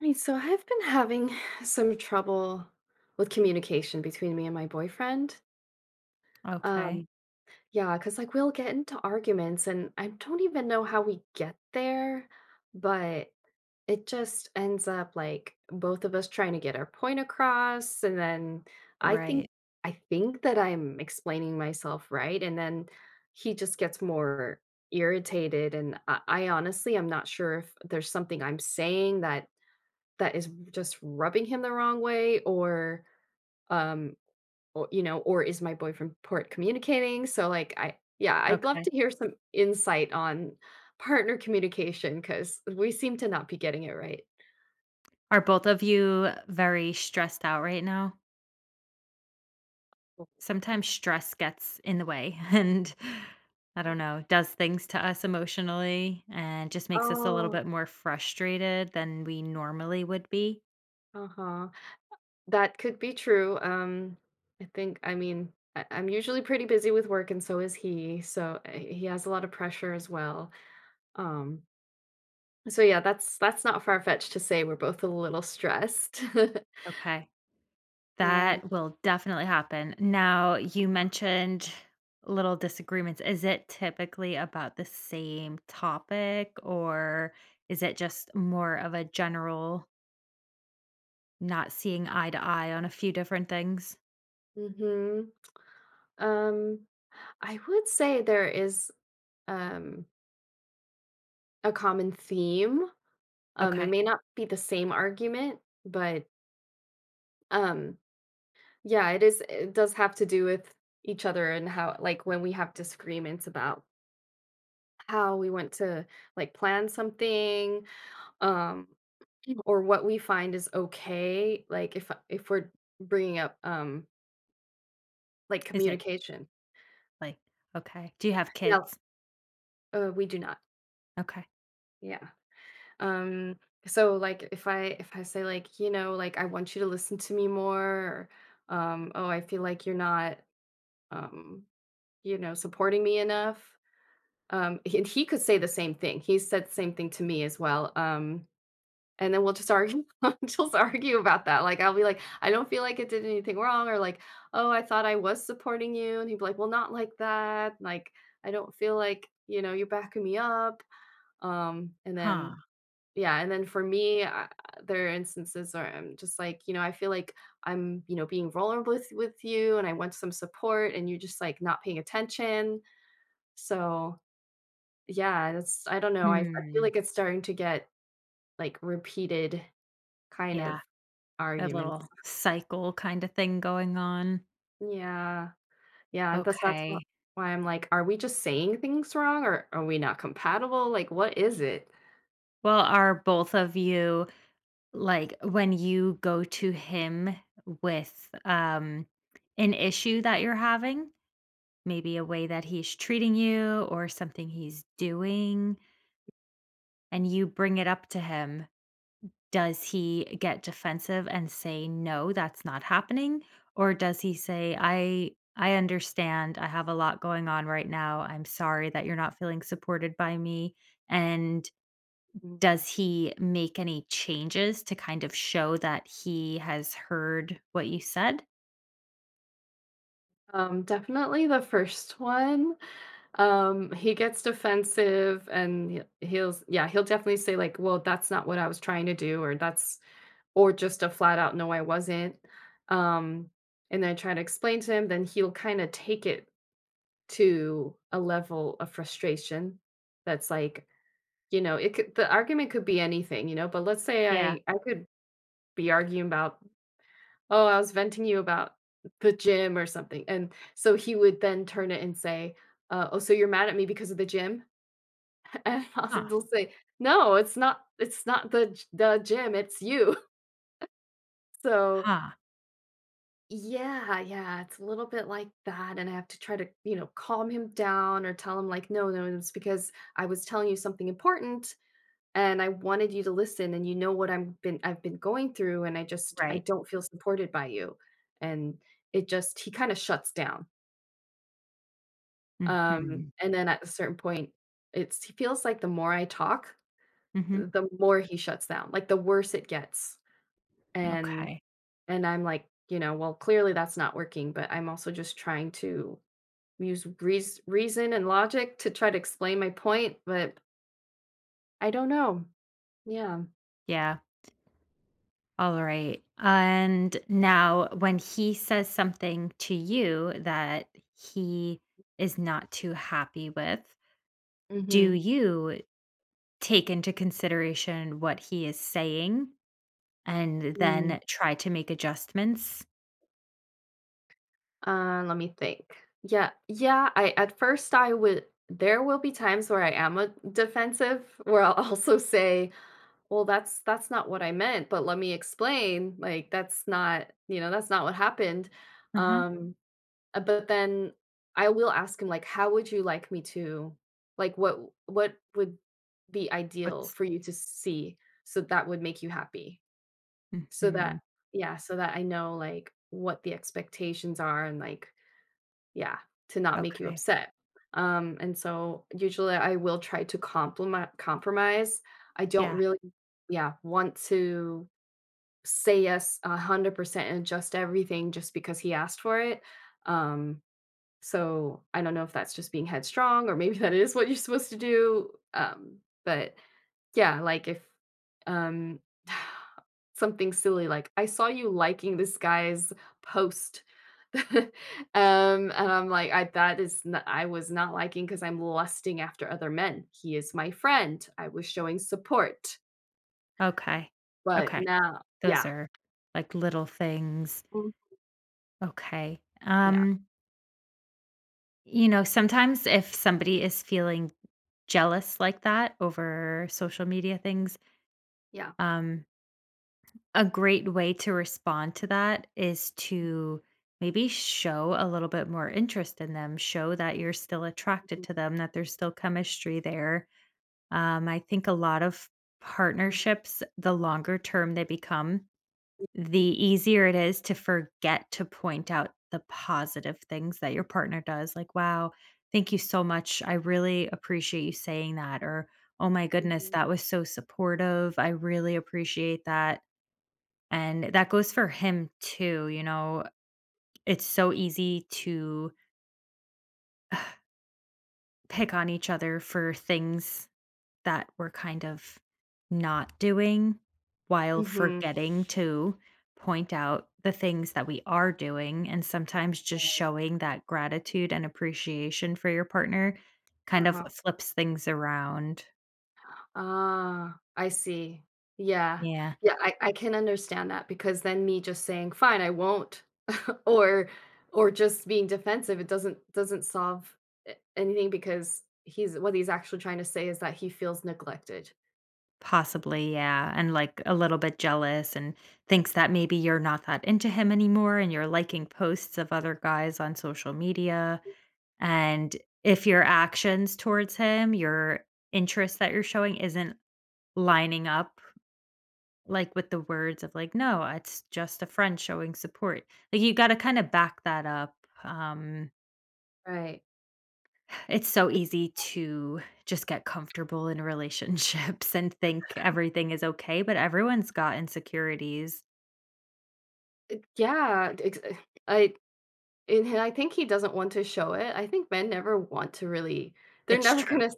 Hey, so I've been having some trouble with communication between me and my boyfriend. Okay. Um, yeah, because like we'll get into arguments and I don't even know how we get there, but it just ends up like both of us trying to get our point across, and then I think Right. I think that I'm explaining myself right, and then he just gets more irritated, and I honestly I'm not sure if there's something I'm saying that is just rubbing him the wrong way, um or, or is my boyfriend port communicating. So like I yeah, I'd love Okay. to hear some insight on partner communication because we seem to not be getting it right. Are both of you very stressed out right now? Sometimes stress gets in the way and I don't know, does things to us emotionally and just makes us a little Oh. bit more frustrated than we normally would be. Uh-huh. That could be true. I mean, I'm usually pretty busy with work and so is he, so he has a lot of pressure as well. um so yeah, that's not far-fetched to say we're both a little stressed. Okay. Yeah. That will definitely happen. Now, you mentioned little disagreements. Is it typically about the same topic, or is it just more of a general not seeing eye to eye on a few different things? Mhm. Um, I would say there is, um, a common theme. It Okay. may not be the same argument, but, um, yeah, it does have to do with each other. And how, like, when we have disagreements about how we want to, like, plan something, um, or what we find is okay, like, if we're bringing up, like, Is it communication. like okay. Do you have No, kids? We do not. Okay. Yeah. Um, so like if I say, like, you know, like I want you to listen to me more, or, oh, I feel like you're not um, you know, supporting me enough. And he could say the same thing. He said the same thing to me as well. And then we'll just argue, we'll just argue about that. Like, I'll be like, I don't feel like it did anything wrong, or like, oh, I thought I was supporting you, and he'd be like, well, not like that. Like, I don't feel like, you know, you're backing me up. Um, and then Huh. yeah, and then for me, there are instances where I'm just like, you know, I feel like I'm, you know, being vulnerable with you, and I want some support and you're just like not paying attention. So, yeah, that's I don't know. I feel Hmm. like it's starting to get, like, repeated kind Yeah, of a arguments. little cycle kinda thing going on. Yeah. Yeah, and that's Okay. why I'm like, are we just saying things wrong or are we not compatible? Like, what is it? Well, are both of you like, when you go to him with, an issue that you're having, maybe a way that he's treating you or something he's doing, and you bring it up to him, does he get defensive and say, "No, that's not happening," or does he say, "I understand. I have a lot going on right now. I'm sorry that you're not feeling supported by me." And Mm. does he make any changes to kind of show that he has heard what you said? Definitely the first one. He gets defensive, and he'll definitely say, like, "Well, that's not what I was trying to do," or that's or just a flat out "No, I wasn't." Um, and then I try to explain to him, then he'll kind of take it to a level of frustration that's like, you know, it could the argument could be anything, you know, but let's say Yeah. I could be arguing about, "Oh, I was venting you about the gym or something." And so he would then turn it and say, "Oh, so you're mad at me because of the gym?" And Huh, they'll say, "No, it's not the g the gym, it's you." So, huh, yeah, yeah, it's a little bit like that, and I have to try to, you know, calm him down or tell him, like, "No, no, no, it's because I was telling you something important, and I wanted you to listen, and you know what I'm been I've been going through, and I right. don't feel supported by you." And it just he kinda shuts down. Mhm. And then at a certain point, it's he feels like the more I talk, Mhm. the more he shuts down, like, the worse it gets. And Okay. and I'm like, you know, well, clearly that's not working, but I'm also just trying to use reason and logic to try to explain my point, but I don't know. Yeah. Yeah. All right. And now, when he says something to you that he is not too happy with, do Mhm. you take into consideration what he is saying and Mm. then try to make adjustments? Let me think. Yeah. Yeah, I at first I would there will be times where I am a defensive, where I'll also say, "Well, that's not what I meant, but let me explain." Like, that's not what happened. Uh huh. Um but then I will ask him, like, "How would you like me to, like, what would be ideal What's for you to see so that would make you happy?" So that mhm. yeah, so that I know, like, what the expectations are, and, like, yeah, to not make you Okay? upset. And so usually I will try to compliment compromise. I don't Yeah. really yeah, want to say yes 100% and adjust everything just because he asked for it. Um, so, I don't know if that's just being headstrong or maybe that is what you're supposed to do, but yeah, like, if, um, something silly, like, "I saw you liking this guy's post." And I'm like, "I that is not I was not liking because 'cause I'm lusting after other men. He is my friend. I was showing support." Okay. But Okay. now Those yeah. are like little things. Mm, Okay. yeah, Um, you know, sometimes if somebody is feeling jealous like that over social media things, yeah. um, a great way to respond to that is to maybe show a little bit more interest in them, show that you're still attracted Mhm, to them, that there's still chemistry there. I think a lot of mhm, partnerships, the longer term they become, the easier it is to forget to point out the positive things that your partner does. Like, wow, thank you so much. I really appreciate you saying that. Or, oh my mhm, goodness, mhm. that was so supportive. I really appreciate that. And that goes for him too. You know, it's so easy to pick on each other for things that we're kind of not doing while Mhm, forgetting to point out the things that we are doing, and sometimes just right, showing that gratitude and appreciation for your partner kind of uh-huh. flips things around. Ah, I see. Yeah. Yeah, Yeah, I can understand that, because then me just saying, "Fine, I won't," or or just being defensive, it doesn't solve a anything, because he's what he's actually trying to say is that he feels neglected. possibly, yeah, and like a little bit jealous and thinks that maybe you're not that into him anymore and you're liking posts of other guys on social media, and if your actions towards him, your interest that you're showing, isn't lining up like with the words of like, "No, it's just a friend showing support." Like you gotta kinda back that up. Um, Right. it's so easy to just get comfortable in relationships and think everything is okay, but everyone's got insecurities. It yeah, ex I and he- I think he doesn't want to show it. I think men never want to really, they're It's never true. gonna.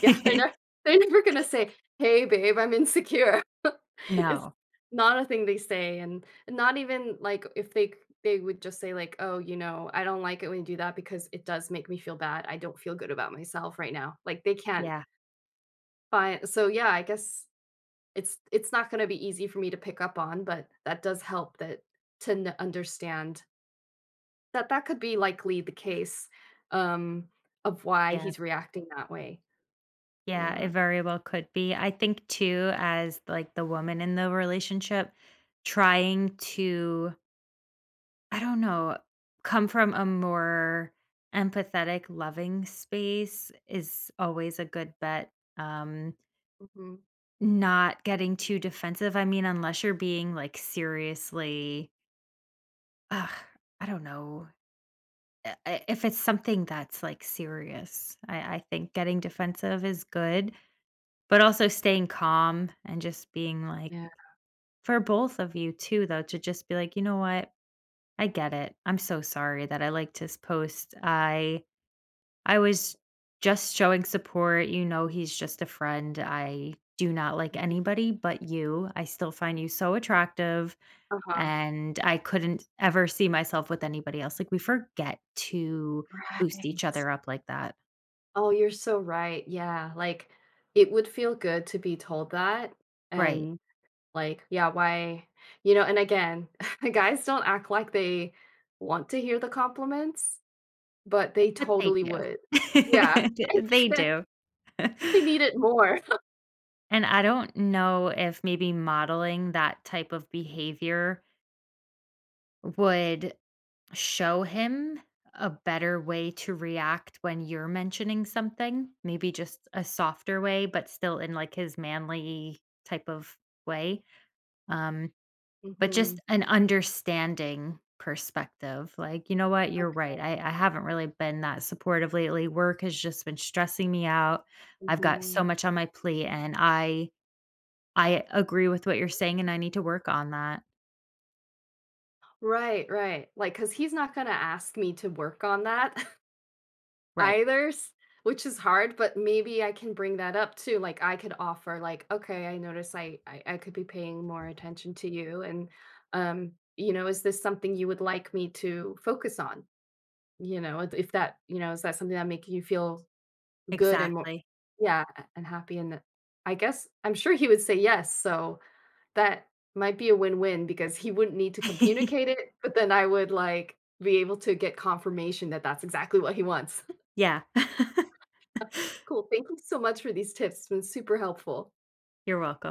Yeah, they're never gonna say, "Hey, babe, I'm insecure." It's No. not a thing they say, and not even, like, if they c they would just say, like, "Oh, you know, I don't like it when you do that because it does make me feel bad. I don't feel good about myself right now." Like, they can't Yeah, find so, yeah, I guess it's not gonna be easy for me to pick up on, but that does help, that to n understand that that could be likely the case, um, of why yeah, he's reacting that way. yeah, Yeah. it very well could be. I think too, as like the woman in the relationship, trying to I don't know, come from a more empathetic, loving space is always a good bet. Um, Mhm. Not getting too defensive. I mean, unless you're being like seriously, ugh, I don't know. If it's something that's like serious, I think getting defensive is good, but also staying calm and just being like, Yeah. for both of you too, though, to just be like, you know what? I get it. I'm so sorry that I like this post. I was just showing support, you know, he's just a friend. I do not like Mhm. anybody but you. I still find you so attractive, Uh-huh. and I couldn't ever see myself with anybody else. Like we forget to boost each Right. other up like that. Oh, you're so right. Yeah, like, it would feel good to be told that, Right. and, like, yeah, why you know, and again, the guys don't act like they want to hear the compliments, but they But they totally would. do. Yeah. They I do. they need it more. And I don't know if maybe modeling that type of behavior would show him a better way to react when you're mentioning something, maybe just a softer way, but still in like his manly type of way. Um, but just Mhm. an understanding perspective. Like, you know what, Oh, you're right. I haven't really been that supportive lately. Work has just been stressing me out. I've got mhm. so much on my plate, and I agree with what you're saying, and I need to work on that. Right, right. Like, cause he's not gonna ask me to work on that. Right. Either's Which is hard, but maybe I can bring that up too, like, I could offer, like, "Okay, I notice I could be paying more attention to you, and, you know, is this something you would like me to focus on? You know, if that you know, is that something that make you feel good, and more Exactly. yeah, and happy, and I guess I'm sure he would say yes." So that might be a win-win, because he wouldn't need to communicate it, but then I would, like, be able to get confirmation that that's exactly what he wants. Yeah. Cool. Thank you so much for these tips. It's been super helpful. You're welcome.